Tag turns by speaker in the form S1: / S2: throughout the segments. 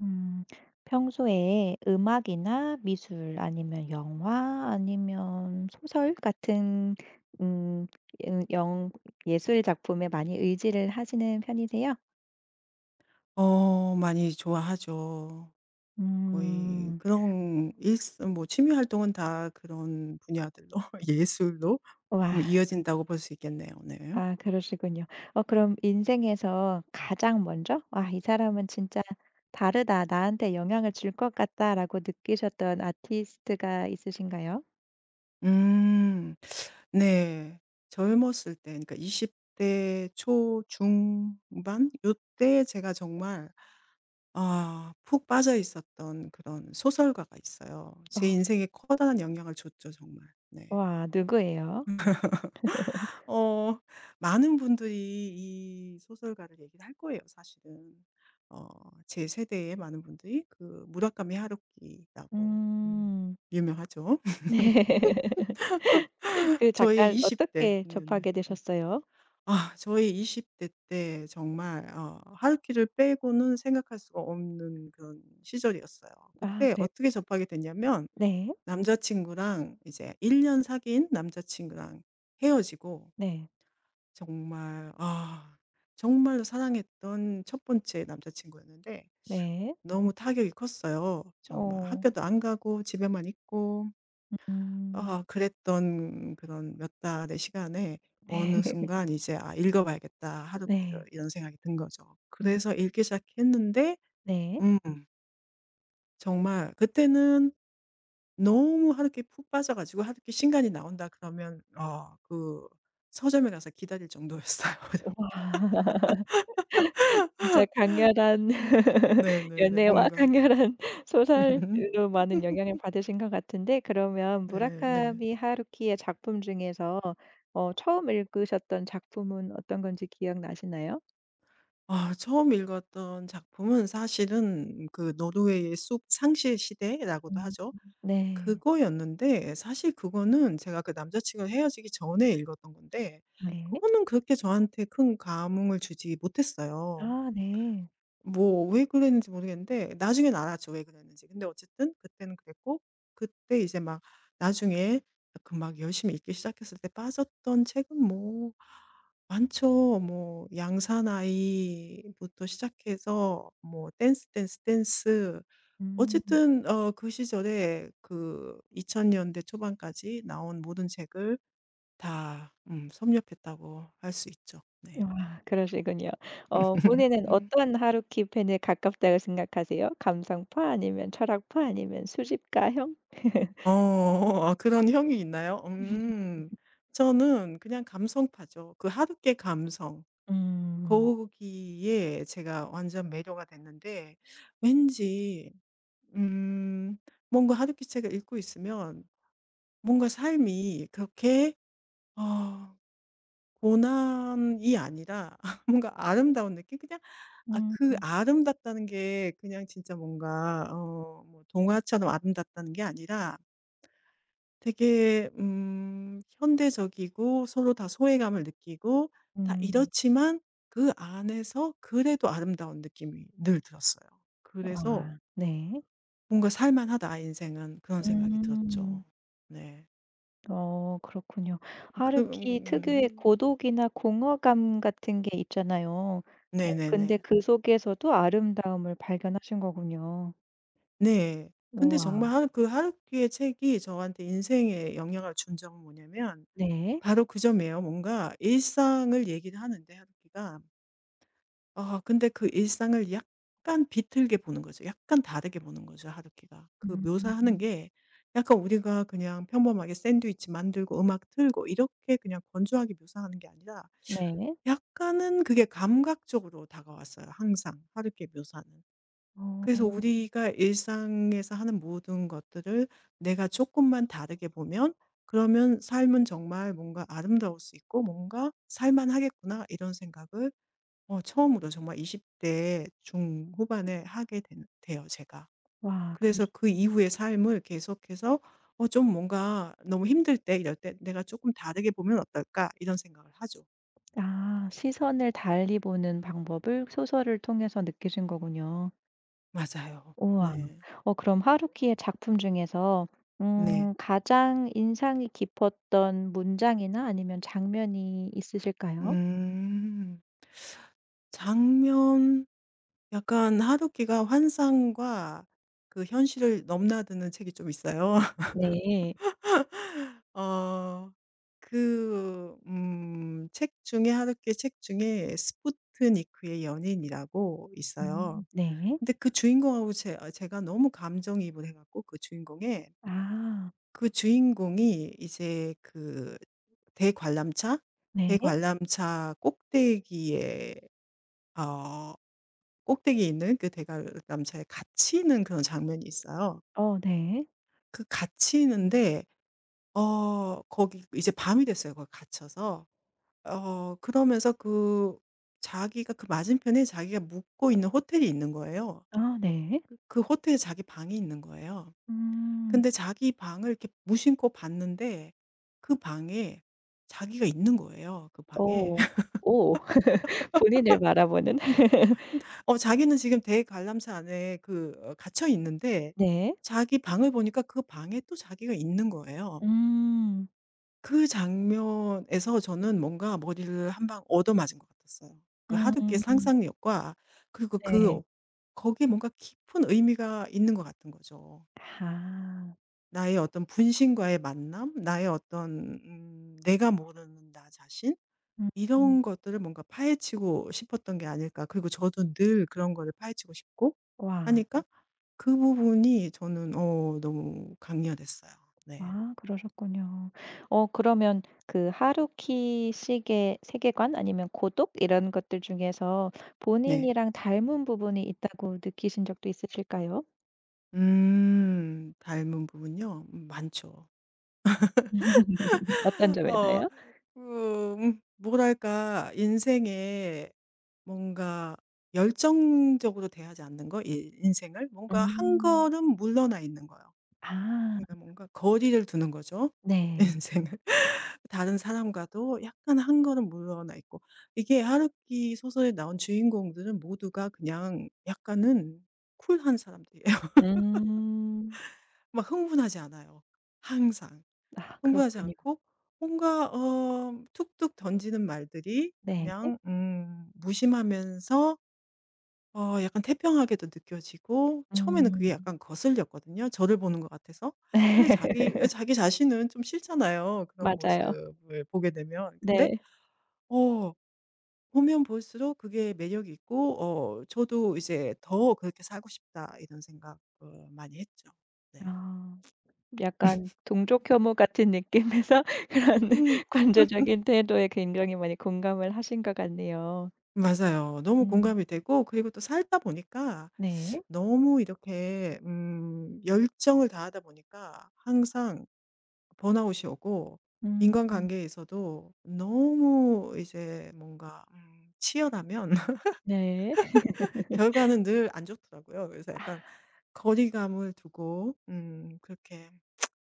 S1: 음. 평소에 음악이나 미술 아니면 영화 아니면 소설 같은 음 영 예술 작품에 많이 의지를 하시는 편이세요?
S2: 많이 좋아하죠. 거의
S1: 음.
S2: 그런 일, 뭐 취미 활동은 다 그런 분야들로 예술로 뭐
S1: 와.
S2: 이어진다고 볼 수 있겠네요. 네.
S1: 아, 그러시군요. 그럼 인생에서 가장 먼저 '와, 이 사람은 진짜 다르다. 나한테 영향을 줄 것 같다.'라고 느끼셨던 아티스트가 있으신가요?
S2: 음. 네. 젊었을 때 그러니까 20대 초 중반 요때 제가 정말 푹 빠져 있었던 그런 소설가가 있어요. 제
S1: 어.
S2: 인생에 커다란 영향을 줬죠 정말. 네.
S1: 와, 누구예요?
S2: 어 많은 분들이 이 소설가를 얘기를 할 거예요 사실은. 어 제 세대의 많은 분들이 그 무라카미 하루키라고, 음
S1: 음.
S2: 유명하죠.
S1: 네. 그
S2: 저의
S1: 작가를
S2: 20 대,
S1: 어떻게
S2: 네네.
S1: 접하게 되셨어요?
S2: 저의 20대 때 정말 하루키를 빼고는 생각할 수가 없는 그런 시절이었어요.
S1: 아,
S2: 그때
S1: 그래요?
S2: 어떻게 접하게 됐냐면,
S1: 네.
S2: 남자 친구랑, 이제 1년 사귄 남자 친구랑 헤어지고,
S1: 네.
S2: 정말 정말로 사랑했던 첫 번째 남자친구였는데
S1: 네.
S2: 너무 타격이 컸어요. 정말
S1: 어.
S2: 학교도 안 가고 집에만 있고,
S1: 음.
S2: 그랬던 그런 몇 달의 시간에 어느
S1: 네.
S2: 순간 이제 '아 읽어 봐야겠다,
S1: 네.
S2: 하루키를.' 이런 생각이 든 거죠.
S1: 음
S2: 그래서 읽기 시작했는데,
S1: 네.
S2: 음 정말 그때는 너무 하루키 푹 빠져 가지고 '하루키 신간이 나온다.' 그러면 서점에 가서 기다릴 정도였어요.
S1: 아, 진짜 강렬한
S2: 네네네.
S1: 연애와
S2: 뭔가
S1: 강렬한 소설로 많은 영향을 받으신 것 같은데, 그러면
S2: 네 네.
S1: 무라카미 하루키의 작품 중에서 처음 읽으셨던 작품은 어떤 건지 기억나시나요?
S2: 아 처음 읽었던 작품은 사실은 그 노르웨이의 숲, 상실 시대라고도
S1: 음.
S2: 하죠.
S1: 네.
S2: 그거였는데 사실 그거는 제가 그 남자 친구랑 헤어지기 전에 읽었던 건데,
S1: 네.
S2: 그거는 그렇게 저한테 큰 감흥을 주지 못했어요.
S1: 아, 네.
S2: 뭐 왜 그랬는지 모르겠는데 나중에는 알았죠, 왜 그랬는지. 근데 어쨌든 그때는 그랬고, 그때 이제 막 나중에, 그 막 열심히 읽기 시작했을 때 빠졌던 책은 뭐 많죠. 뭐 양사나이부터 시작해서 뭐 댄스 댄스 댄스,
S1: 음.
S2: 어쨌든 그 시절에 그 2000 년대 초반까지 나온 모든 책을 다 섭렵했다고 할 수 있죠. 네.
S1: 와, 그러시군요. 본인은 어떤 하루키 팬에 가깝다고 생각하세요? 감상파 아니면 철학파 아니면 수집가형?
S2: 어. 아 그런 형이 있나요? 음. 저는 그냥 감성파죠. 그 하루께 감성.
S1: 음.
S2: 거기에 제가 완전 매료가 됐는데, 왠지 음 뭔가 하루키 책을 읽고 있으면 뭔가 삶이 그렇게, 어 고난이 아니라 뭔가 아름다운 느낌? 그냥,
S1: 음.
S2: 그 아름답다는 게 그냥 진짜 뭔가 뭐 동화처럼 아름답다는 게 아니라 되게 현대적이고 서로 다 소외감을 느끼고 다
S1: 음.
S2: 이렇지만, 그 안에서 그래도 아름다운 느낌이 늘 들었어요. 그래서
S1: 와, 네.
S2: '뭔가 살만하다 인생은.' 그런 생각이
S1: 음.
S2: 들었죠. 네.
S1: 그렇군요.
S2: 그
S1: 하루키 특유의 고독이나 공허감 같은 게 있잖아요. 근데
S2: 네네네.
S1: 그 속에서도 아름다움을 발견하신 거군요.
S2: 네. 근데
S1: 우와.
S2: 정말 하 그 하루키의 책이 저한테 인생에 영향을 준 점은 뭐냐면
S1: 네.
S2: 바로 그 점이에요. 뭔가 일상을 얘기를 하는데 하루키가, 근데 그 일상을 약간 비틀게 보는 거죠. 약간 다르게 보는 거죠, 하루키가. 그 묘사하는
S1: 음.
S2: 게 약간, 우리가 그냥 평범하게 샌드위치 만들고 음악 틀고 이렇게 그냥 건조하게 묘사하는 게 아니라
S1: 네.
S2: 약간은 그게 감각적으로 다가왔어요, 항상 하루키의 묘사는. 그래서
S1: 어.
S2: 우리가 일상에서 하는 모든 것들을 내가 조금만 다르게 보면, 그러면 삶은 정말 뭔가 '아름다울 수 있고 뭔가 살 만하겠구나.' 이런 생각을 처음으로 정말 20대 중후반에 하게 된 돼요 제가.
S1: 와 그러
S2: 그래서 그 이후의 삶을 계속해서 좀 뭔가 너무 힘들 때, 이럴 때 '내가 조금 다르게 보면 어떨까?' 이런 생각을 하죠.
S1: 아, 시선을 달리 보는 방법을 소설을 통해서 느끼신 거군요.
S2: 맞아요.
S1: 우와.
S2: 네.
S1: 그럼 하루키의 작품 중에서
S2: 네.
S1: 가장 인상이 깊었던 문장이나 아니면 장면이 있으실까요?
S2: 음. 장면, 약간 하루키가 환상과 그 현실을 넘나드는 책이 좀 있어요.
S1: 네.
S2: 어 책 중에, 하루키 책 중에 스푸트니크의 연인이라고
S1: 음,
S2: 있어요.
S1: 네.
S2: 근데 그 주인공하고 제 아 제가 너무 감정이입을 해 갖고 그 주인공에,
S1: 아,
S2: 그 주인공이 이제 그 대관람차,
S1: 네.
S2: 대관람차 꼭대기에 어 꼭대기에 있는 그 대관람차에 갇히는 그런 장면이 있어요.
S1: 어, 네.
S2: 그 갇히는데, 거기 이제 밤이 됐어요 거기 갇혀서. 그러면서 그 자기가, 그 맞은편에 자기가 묵고 있는 호텔이 있는 거예요.
S1: 아, 네.
S2: 그 호텔에 자기 방이 있는 거예요.
S1: 음.
S2: 근데 자기 방을 이렇게 무심코 봤는데, 그 방에 자기가 있는 거예요, 그 방에.
S1: 오, 오. 본인을 바라보는.
S2: 어 자기는 지금 대관람차 안에 갇혀 있는데,
S1: 네.
S2: 자기 방을 보니까 그 방에 또 자기가 있는 거예요.
S1: 음.
S2: 그 장면에서 저는 뭔가 머리를 한 방 얻어맞은 것 같았어요. 그 하두키의
S1: 음.
S2: 상상력과, 그리고
S1: 네.
S2: 거기에 뭔가 깊은 의미가 있는 것 같은 거죠.
S1: 아.
S2: 나의 어떤 분신과의 만남, 나의 어떤 내가 모르는 나 자신,
S1: 음.
S2: 이런 것들을 뭔가 파헤치고 싶었던 게 아닐까. 그리고 저도 늘 그런 거를 파헤치고 싶고
S1: 와.
S2: 하니까 그 부분이 저는 너무 강렬했어요. 네.
S1: 아, 그러셨군요. 그러면 그 하루키 씨의 세계관 아니면 고독 이런 것들 중에서
S2: 네.
S1: 본인이랑 닮은 부분이 있다고 느끼신 적도 있으실까요?
S2: 음. 닮은 부분요? 많죠.
S1: 어떤
S2: 어
S1: 점에서요?
S2: 그 뭐랄까, 인생에 뭔가 열정적으로 대하지 않는 거? 이 인생을? 뭔가 한
S1: 음.
S2: 걸음 물러나 있는 거요.
S1: 아,
S2: 그러니까 뭔가 거리를 두는 거죠,
S1: 네.
S2: 인생을. 다른 사람과도 약간 한 걸음 물러나 있고. 이게 하루키 소설에 나온 주인공들은 모두가 그냥 약간은 쿨한 사람들이에요.
S1: 음.
S2: 막 흥분하지 않아요, 항상.
S1: 아,
S2: 흥분하지
S1: 그렇군요.
S2: 않고 뭔가 툭툭 던지는 말들이
S1: 네.
S2: 그냥 무심하면서 약간 태평하게도 느껴지고, 처음에는 그게
S1: 음.
S2: 약간 거슬렸거든요, 저를 보는 것 같아서. 원래 자기 예 자기 자신은 좀 싫잖아요, 그런
S1: 맞아요.
S2: 모습을 보게 되면. 근데
S1: 네.
S2: 어 보면 볼수록 그게 매력이 있고 저도 이제 '더 그렇게 살고 싶다.' 이런 생각을 많이 했죠. 네.
S1: 아. 약간 동족 혐오 같은 느낌에서 그런
S2: 음.
S1: 관조적인 태도에 굉장히 많이 공감을 하신 것 같네요.
S2: 맞아요. 너무
S1: 음,
S2: 공감이 되고, 그리고 또 살다 보니까
S1: 네.
S2: 너무 이렇게 열정을 다하다 보니까 항상 번아웃이 오고,
S1: 음,
S2: 인간관계에서도 너무 이제 뭔가 치열하면
S1: 네.
S2: 결과는 늘 안 좋더라고요. 그래서 약간 거리감을 두고 그렇게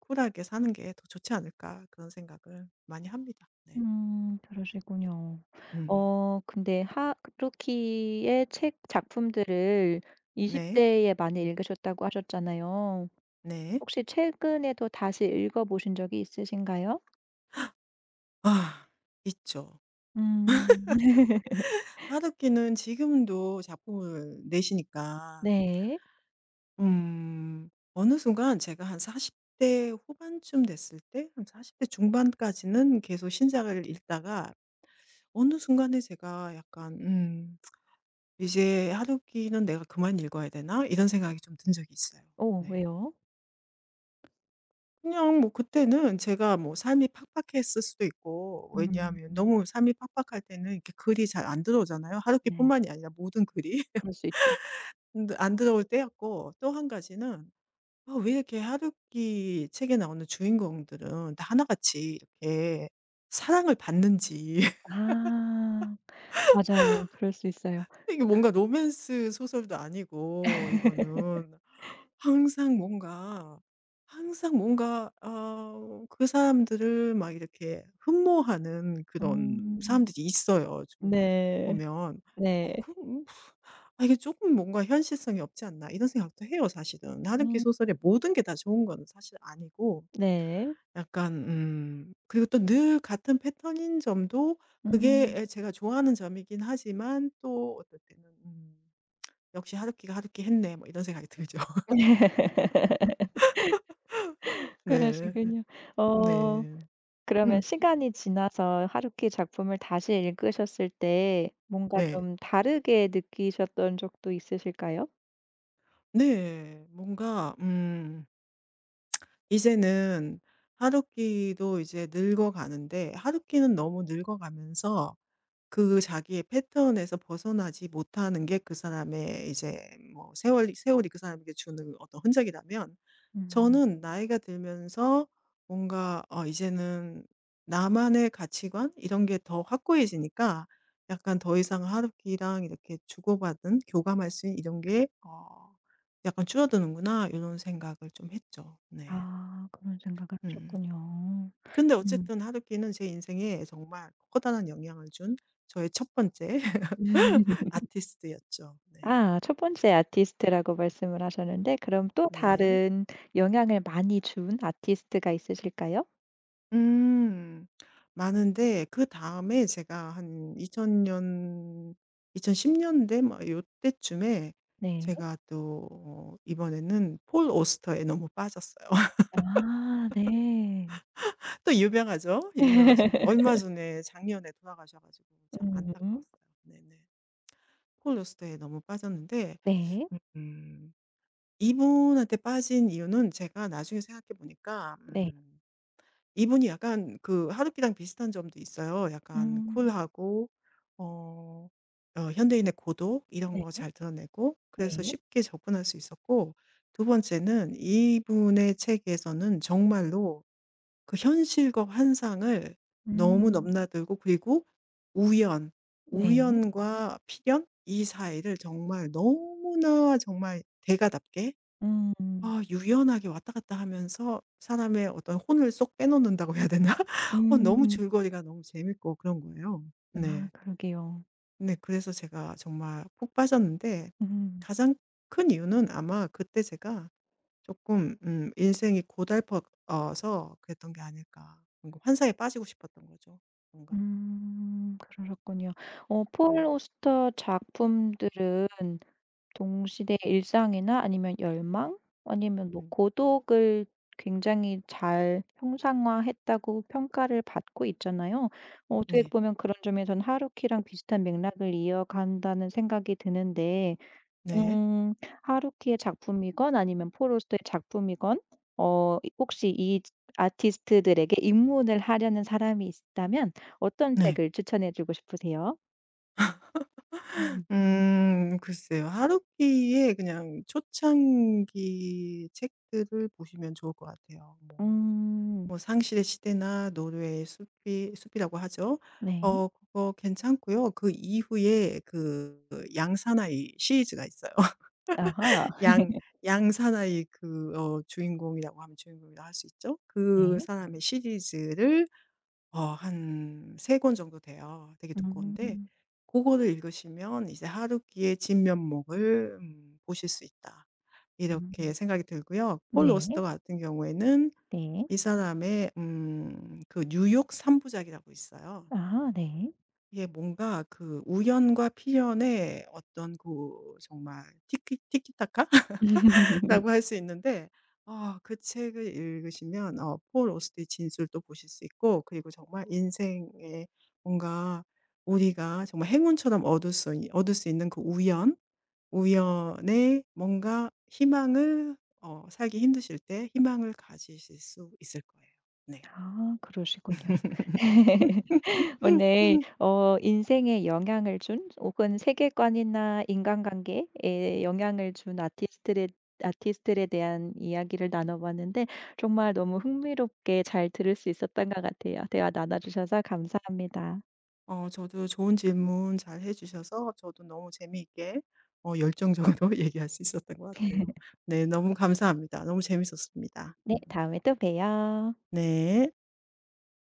S2: 쿨하게 사는 게 더 좋지 않을까, 그런 생각을 많이 합니다. 네.
S1: 그러시군요.
S2: 음.
S1: 근데 하루키의 책 작품들을 20
S2: 네.
S1: 대에 많이 읽으셨다고 하셨잖아요.
S2: 네.
S1: 혹시 최근에도 다시 읽어 보신 적이 있으신가요?
S2: 아 있죠.
S1: 음.
S2: 하루키는 지금도 작품을 내시니까.
S1: 네.
S2: 음. 어느 순간 제가 한 40대 후반쯤 됐을 때, 한 40대 중반까지는 계속 신작을 읽다가 어느 순간에 제가 약간 '이제 하루키는 내가 그만 읽어야 되나?' 이런 생각이 좀 든 적이 있어요.
S1: 오,
S2: 네.
S1: 왜요?
S2: 그냥 뭐 그때는 제가 뭐 삶이 팍팍했을 수도 있고,
S1: 음,
S2: 왜냐하면 너무 삶이 팍팍할 때는 이렇게 글이 잘 안 들어오잖아요.
S1: 네.
S2: 하루키뿐만이 아니라 모든 글이.
S1: 그럴 수 있죠.
S2: 근데 안 들어올 때였고, 또 한 가지는 왜 이렇게 하루키 책에 나오는 주인공들은 다 하나같이 이렇게 사랑을 받는지.
S1: 아. 맞아요. 그럴 수 있어요.
S2: 이게 뭔가 로맨스 소설도 아니고, 이거는 항상 뭔가, 항상 뭔가 그 사람들을 막 이렇게 흠모하는 그런
S1: 음.
S2: 사람들이 있어요 좀
S1: 네.
S2: 보면. 어
S1: 네.
S2: 그럼 아 이게 조금 뭔가 '현실성이 없지 않나.' 이런 생각도 해요 사실은. 하루키
S1: 음.
S2: 소설의 모든 게 다 좋은 건 사실 아니고
S1: 네.
S2: 약간 음, 그리고 또 늘 같은 패턴인 점도, 그게
S1: 음.
S2: 에 제가 좋아하는 점이긴 하지만 또 어떨 때는 '역시 하루키가 하루키 했네.' 뭐 이런 생각이 들죠. 네.
S1: 그러시군요. 어
S2: 네.
S1: 그러면
S2: 음
S1: 시간이 지나서 하루키 작품을 다시 읽으셨을 때 뭔가
S2: 네.
S1: 좀 다르게 느끼셨던 적도 있으실까요?
S2: 네. 뭔가 이제는 하루키도 이제 늙어가는데, 하루키는 너무 늙어가면서 그 자기의 패턴에서 벗어나지 못하는 게 그 사람의 이제 뭐 세월이, 세월이 그 사람에게 주는 어떤 흔적이라면,
S1: 음.
S2: 저는 나이가 들면서 뭔가 이제는 나만의 가치관 이런 게 더 확고해지니까 약간 더 이상 하루키랑 이렇게 주고받은 교감할 수 있는 이런 게 '약간 줄어드는구나.' 이런 생각을 좀 했죠. 네.
S1: 아, 그런 생각을
S2: 음.
S1: 하셨군요.
S2: 근데
S1: 음.
S2: 어쨌든 하루키는 제 인생에 정말 커다란 영향을 준 저의 첫 번째 아티스트였죠. 네.
S1: 아, 첫 번째 아티스트라고 말씀을 하셨는데, 그럼 또
S2: 네.
S1: 다른 영향을 많이 준 아티스트가 있으실까요?
S2: 음. 많은데, 그다음에 제가 한 2000년, 2010 년대 막 요때쯤에
S1: 네.
S2: 제가 또 이번에는 폴 오스터에 너무 빠졌어요.
S1: 아, 네.
S2: 또 유명하죠. 유명하신 분이 얼마 전에 작년에 돌아가셔 가지고 참
S1: 음.
S2: 안타까웠어요. 네네. 폴 오스터에 너무 빠졌는데
S1: 네.
S2: 음 이분한테 빠진 이유는 제가 나중에 생각해 보니까
S1: 네.
S2: 이분이 약간 그 하루키랑 비슷한 점도 있어요. 약간
S1: 음.
S2: 쿨하고, 어, 현대인의 고독 이런
S1: 네.
S2: 거 잘 드러내고, 그래서
S1: 네.
S2: 쉽게 접근할 수 있었고, 두 번째는 이분의 책에서는 정말로 그 현실과 환상을 너무
S1: 음.
S2: 넘나들고, 그리고 우연,
S1: 네.
S2: 우연과 필연 이 사이를 정말 너무나 정말 대가답게
S1: 음.
S2: 유연하게 왔다 갔다 하면서 사람의 어떤 혼을 쏙 빼놓는다고 해야 되나? 너무
S1: 음.
S2: 줄거리가 너무 재밌고 그런 거예요.
S1: 아,
S2: 네.
S1: 그러게요.
S2: 네 그래서 제가 정말 푹 빠졌는데,
S1: 음.
S2: 가장 큰 이유는 아마 그때 제가 조금 인생이 고달퍼서 그랬던 게 아닐까. 뭔가 환상에 빠지고 싶었던 거죠. 뭔가.
S1: 음. 그러셨군요. 폴
S2: 음.
S1: 오스터 작품들은 동시대의 일상이나 아니면 열망 아니면 뭐
S2: 음.
S1: 고독을 굉장히 잘 형상화했다고 평가를 받고 있잖아요. 어떻게
S2: 네.
S1: 보면 그런 점에선 하루키랑 비슷한 맥락을 이어간다는 생각이 드는데,
S2: 네.
S1: 음 하루키의 작품이건 아니면 포로스트의 작품이건 어 이 혹시 이 아티스트들에게 입문을 하려는 사람이 있다면 어떤
S2: 네.
S1: 책을 추천해 주고 싶으세요? 음.
S2: 글쎄요. 하루키의 그냥 초창기 책들을 보시면 좋을 것 같아요. 뭐
S1: 음.
S2: 뭐 상실의 시대나 노르웨이 숲이, 숲이라고 하죠.
S1: 네.
S2: 그거 괜찮고요. 그 이후에 그 양사나이 시리즈가 있어요.
S1: 아하.
S2: 양, 양사나이 그 주인공이라고 하면 주인공이라고 할 수 있죠. 그
S1: 네.
S2: 사람의 시리즈를, 한 3권 정도 돼요. 되게 두꺼운데
S1: 음.
S2: 그거를 읽으시면 이제 '하루키의 진면목을 보실 수 있다.' 이렇게
S1: 음.
S2: 생각이 들고요. 폴
S1: 네.
S2: 오스터 같은 경우에는
S1: 네.
S2: 이 사람의 그 뉴욕 3 부작이라고 있어요.
S1: 아, 네.
S2: 이게 뭔가 그 우연과 필연의 어떤 그 정말 티키 티키타카? 라고 할 수 있는데, 그 책을 읽으시면 폴 오스트의 진술도 보실 수 있고, 그리고 정말 인생에 뭔가 우리가 정말 행운처럼 얻을 수 있는 그 우연, 우연에 뭔가 희망을, 살기 힘드실 때 희망을 가지실 수 있을 거예요. 네.
S1: 아, 그러시군요. 오늘 인생에 영향을 준, 혹은 세계관이나 인간관계에 영향을 준 아티스트에, 아티스트에 대한 이야기를 나눠 봤는데, 정말 너무 흥미롭게 잘 들을 수 있었던 것 같아요. 대화 나눠 주셔서 감사합니다.
S2: 저도 좋은 질문 잘 해 주셔서 저도 너무 재미있게 열정적으로 얘기할 수 있었던 것 같아요. 네 너무 감사합니다. 너무 재밌었습니다.
S1: 네. 다음에 또 봬요.
S2: 네.